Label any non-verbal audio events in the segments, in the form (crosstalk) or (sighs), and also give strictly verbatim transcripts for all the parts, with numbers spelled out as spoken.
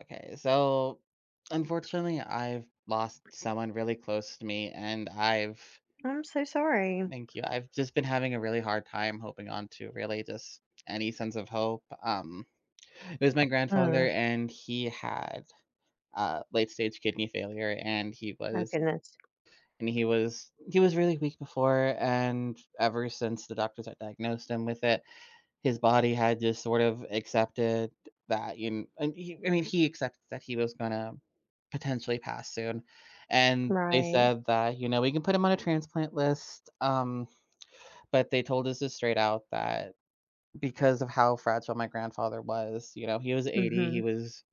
Okay, so unfortunately, I've lost someone really close to me, and I've I'm so sorry. thank you. I've just been having a really hard time hoping on to really just any sense of hope. Um, it was my grandfather, Mm. and he had uh, late stage kidney failure, and he Oh was goodness. and he was he was really weak before, and ever since the doctors had diagnosed him with it his body had just sort of accepted that, you kn and he I mean, he accepted that he was gonna potentially pass soon, and they Right. said that, you know, "We can put him on a transplant list," um, but they told us just straight out that because of how fragile my grandfather was, you know, he was eighty, Hmm. he was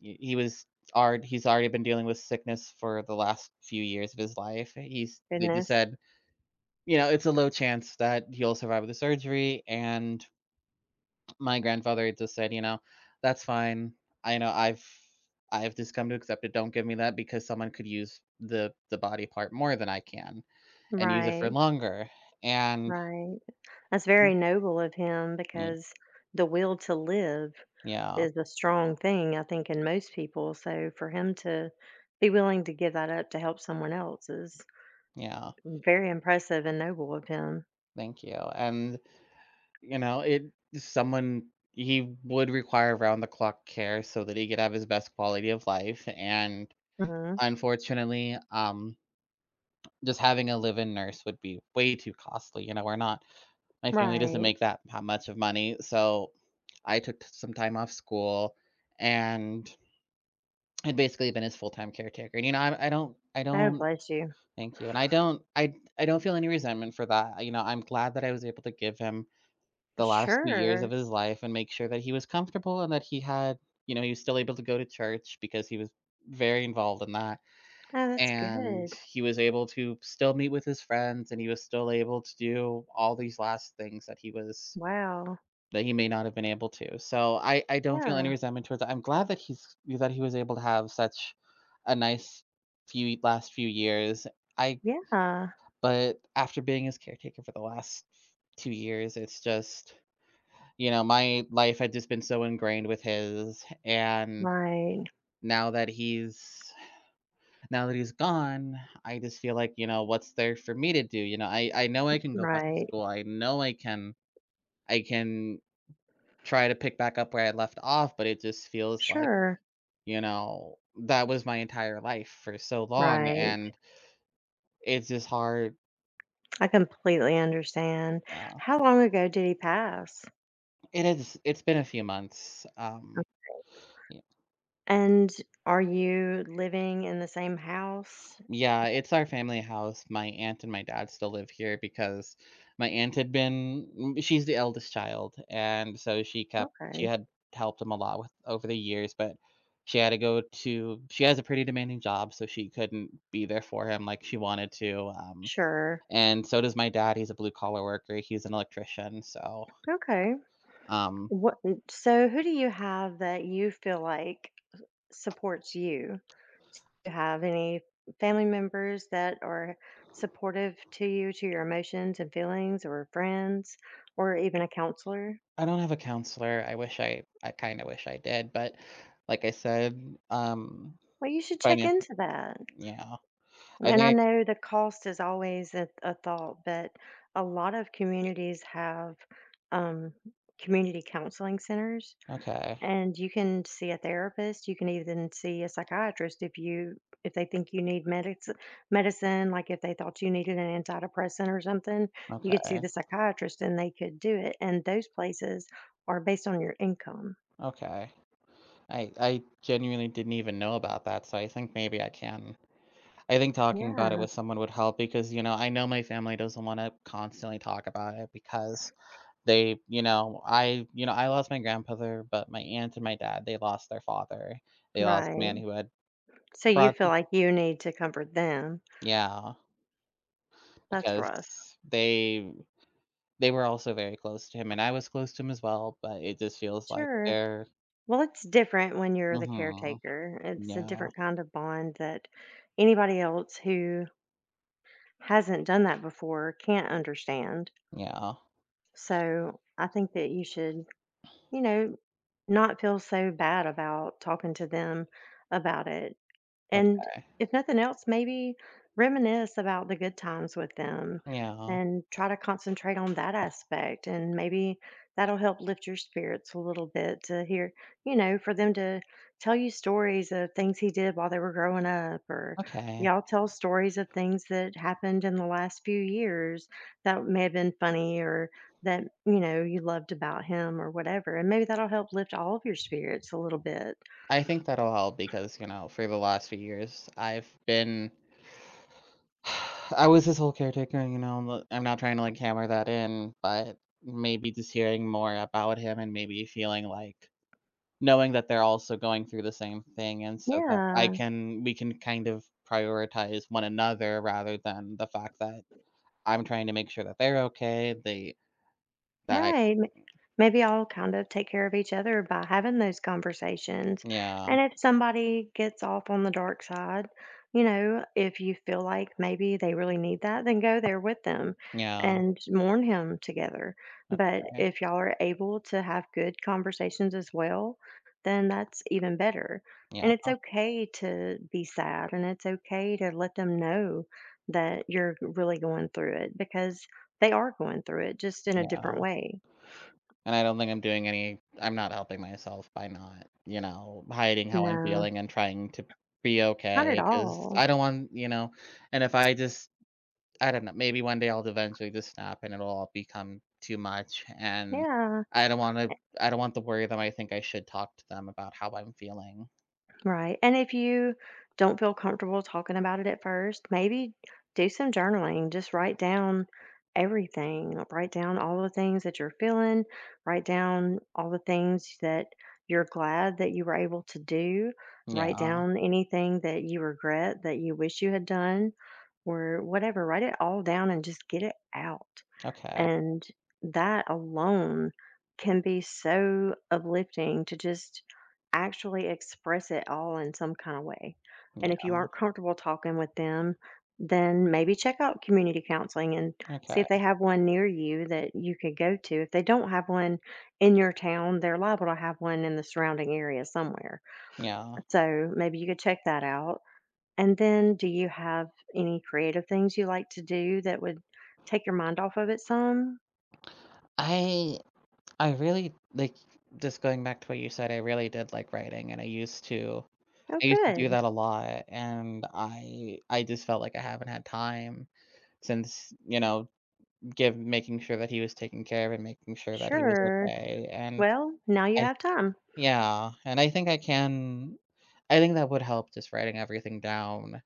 he was alr he's already been dealing with sickness for the last few years of his life. He's they just Goodness. said, you know, "It's a low chance that he'll survive the surgery," and my grandfather just said, you know, "That's fine. I know I've I've just come to accept it. Don't give me that because someone could use the the body part more than I can and use it for Right. longer." And Right. That's very noble of him y because the will to live yeah, is a strong thing, I think, in most people. So for him to be willing to give that up to help someone else is yeah, very impressive and noble of him. thank you. And, you know, it someone he would require round the clock care so that he could have his best quality of life, and Hmm. unfortunately, um, just having a live-in nurse would be way too costly. You know, we're not my family doesn't Right. make that ha much of money, so I took some time off school and had basically been his full-time caretaker, and, you know, I I don't I Oh, don't bless you. thank you, and I don't I I don't feel any resentment for that. You know, I'm glad that I was able to give him the last few years of Sure. his life and make sure that he was comfortable and that he had, you know, he was still able to go to church because he was very involved in that, Oh, that's and good. he was able to still meet with his friends, and he was still able to do all these last things that he was Wow. That he may not have been able to. So I I don't feel any Yeah. resentment towards that. I'm glad that he's that he was able to have such a nice few last few years. I Yeah. But after being his caretaker for the last two years, it's just, you know, my life had just been so ingrained with his, and Right. now that he's now that he's gone, I just feel like, you know, what's there for me to do? You know, I I know I can go back to Right. school. I know I can I can try to pick back up where I left off, but it just feels like, Sure. you know, that was my entire life for so long, Right. and it's just hard. I completely understand. Yeah, How long ago did he pass? it is. It's been a few months. Uh Um, y- And are you living in the same house? yeah, it's our family house. My aunt and my dad still live here because my aunt had been. Mm, she's the eldest child, and so she kept. she Okay. had helped him a lot with over the years, but she had to go to. she has a pretty demanding job, so she couldn't be there for him like she wanted to. Um, Sure. And so does my dad. He's a blue collar worker, he's an electrician, so, Okay. um, What mm, so who do you have that you feel like supports you? Do you have any family members that are supportive to you, to your emotions and feelings or friends or even a counselor? I don't have a counselor. I wish I I kinda wish I did, but like I said, um, Well, you should check finan into that. yeah, I And I think know the cost is always a, a thought, but a lot of communities have um, community counseling centers, okay, and you can see a therapist. You can even see a psychiatrist if you if they think you need medics, medicine, like if they thought you needed an antidepressant or something, you could see okay, the psychiatrist and they could do it. And those places are based on your income. okay. I I genuinely didn't even know about that, so I think maybe I can I think talking about it Yeah, with someone would help because, you know, I know my family doesn't wanna constantly talk about it because They you know, I you know, I lost my grandfather, but my aunt and my dad, they lost their father. They lost a man right. who had So you brought feel like you need to comfort them. yeah, That's because rough. they they were also very close to him, and I was close to him as well, but it just feels like Sure. they're Well, it's different when you're the mhm. caretaker. It's a Yeah, different kind of bond that anybody else who hasn't done that before can't understand. yeah, So I think that you should, you know, not feel so bad about talking to them about it. And okay. if nothing else, maybe reminisce about the good times with them Yeah, and try to concentrate on that aspect. And maybe that'll help lift your spirits a little bit to hear, you know, for them to tell you stories of things he did while they were growing up, or okay. y'all tell stories of things that happened in the last few years that may have been funny or that, you know, you loved about him or whatever. And maybe that'll help lift all of your spirits a little bit. I think that'll help because, you know, for the last few years, I've been (sighs) I was his whole caretaker, you know, but I'm not trying to, like, hammer that in, but maybe just hearing more about him and maybe feeling like knowing that they're also going through the same thing and so that I Yeah. can we can kind of prioritize one another rather than the fact that I'm trying to make sure that they're okay, they that I Right. Maybe I'll kind of take care of each other by having those conversations. yeah, And if somebody gets off on the dark side, you know, if you feel like maybe they really need that, then go there with them yeah, and mourn him together. But okay, if y'all are able to have good conversations as well, then that's even better. And yeah. it's okay to be sad and it's okay to let them know that you're really going through it because they are going through it just in a different way. And I don't think I'm doing any. I'm not helping myself by, not, you know, hiding how I'm No. feeling and trying to be Not at okay because all. I don't want, you know, and if I just I don't know, maybe one day I'll eventually just snap and it'll all become too much, and Yeah, I don't wanna I don't want to worry them. I think I should talk to them about how I'm feeling. right. And if you don't feel comfortable talking about it at first, maybe do some journaling. Just write down everything. Write down all the things that you're feeling. Write down all the things that you're glad that you were able to do. Write Yeah, down anything that you regret that you wish you had done or whatever. Write it all down and just get it out. okay. And that alone can be so uplifting to just actually express it all in some kind of way. And if Yeah, you aren't comfortable talking with them, then maybe check out community counseling and see okay. if they have one near you that you could go to. If they don't have one in your town, they're liable to have one in the surrounding area somewhere. Yeah. So maybe you could check that out. And then, do you have any creative things you like to do that would take your mind off of it some? I I really like, just going back to what you said, I really did like writing, and I used to Oh, I used to do good. that a lot, and I I just felt like I haven't had time since, you know, give making sure that he was taken care of and making sure that he was Sure. okay, and Well, now you I have time. yeah, and I think I can I think that would help just writing everything down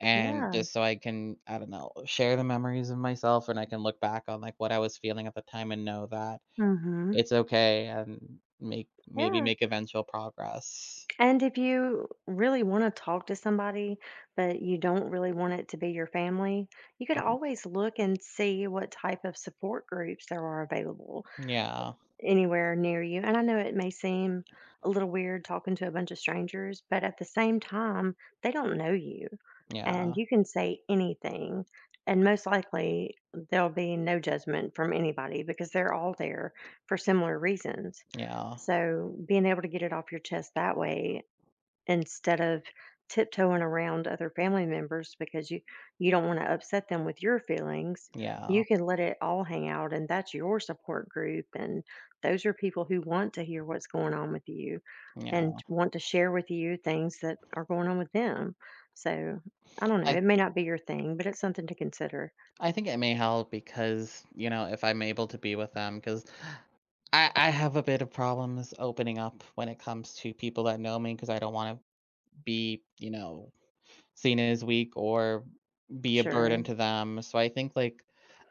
and Yeah. just so I can, I don't know, share the memories of myself and I can look back on, like, what I was feeling at the time and know that Hmm. it's okay and make maybe Yeah. make eventual progress. And if you really want to talk to somebody, but you don't really want it to be your family, you could Mhm. always look and see what type of support groups there are available. Yeah, Anywhere near you. And I know it may seem a little weird talking to a bunch of strangers, but at the same time, they don't know you. yeah, And you can say anything. And most likely, there'll be no judgment from anybody because they're all there for similar reasons. yeah, So, being able to get it off your chest that way instead of tiptoeing around other family members because you you don't want to upset them with your feelings. yeah. You can let it all hang out, and that's your support group, and those are people who want to hear what's going on with you Yeah, and want to share with you things that are going on with them. So I don't know, I it may not be your thing, but it's something to consider. I think it may help because, you know, if I'm able to be with them because I I have a bit of problems opening up when it comes to people that know me because I don't wanna be, you know, seen as weak or be a burden Sure. to them. So I think, like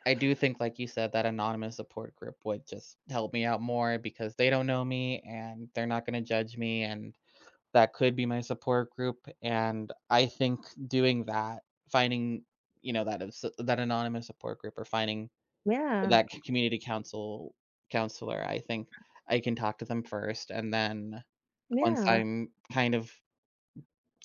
I do think, like you said, that anonymous support group would just help me out more because they don't know me and they're not gonna judge me. And that could be my support group, and I think doing that, finding, you know, that is that anonymous support group or finding Yeah. that c community council counselor, I think I can talk to them first, and then once Yeah. I'm kind of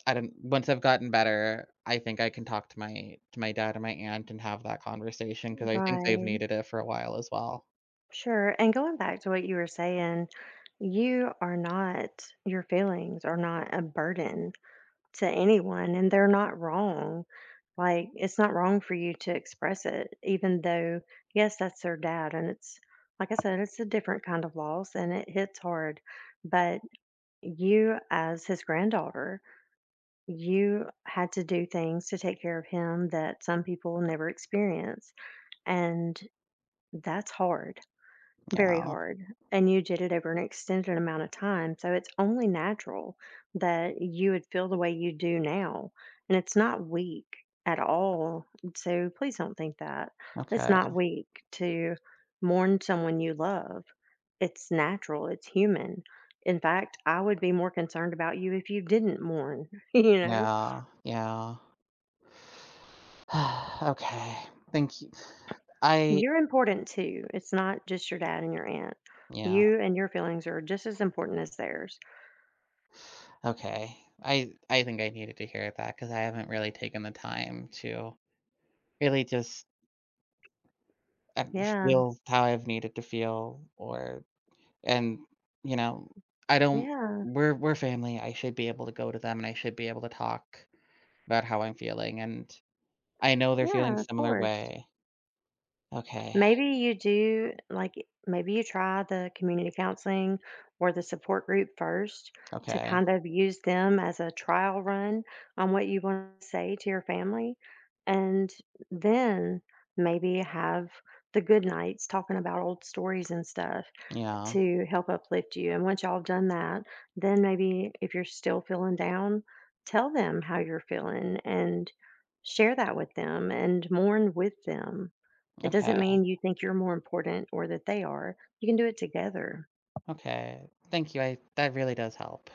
I don't once I've gotten better, I think I can talk to my to my dad and my aunt and have that conversation because I think they've Right. needed it for a while as well. Sure. And going back to what you were saying, you are not, your feelings are not a burden to anyone, and they're not wrong. Like, it's not wrong for you to express it, even though, yes, that's their dad. And it's, like I said, it's a different kind of loss and it hits hard. But you, as his granddaughter, you had to do things to take care of him that some people never experience. And that's hard, very Yeah. hard. And you did it over an extended amount of time. So it's only natural that you would feel the way you do now. And it's not weak at all. So please don't think that. It's Okay. not weak to mourn someone you love. It's natural, it's human. In fact, I would be more concerned about you if you didn't mourn. (laughs) You know, Yeah. Yeah. (sighs) Okay. Thank you. I you're important too. It's not just your dad and your aunt. Yeah. You and your feelings are just as important as theirs. Okay. I I think I needed to hear that because I haven't really taken the time to really just, uh, Yeah. feel how I've needed to feel or and, you know, I don't Yeah. we're we're family. I should be able to go to them, and I should be able to talk about how I'm feeling, and I know they're feeling Yeah, of similar course. way. Okay. Maybe you do like maybe you try the community counseling or the support group first to Okay. kind of use them as a trial run on what you want to say to your family and then maybe have the good nights talking about old stories and stuff Yeah. to help uplift you. And once y'all have done that, then maybe if you're still feeling down, tell them how you're feeling and share that with them and mourn with them. It doesn't Okay. mean you think you're more important or that they are. You can do it together. Okay. Thank you. I That really does help.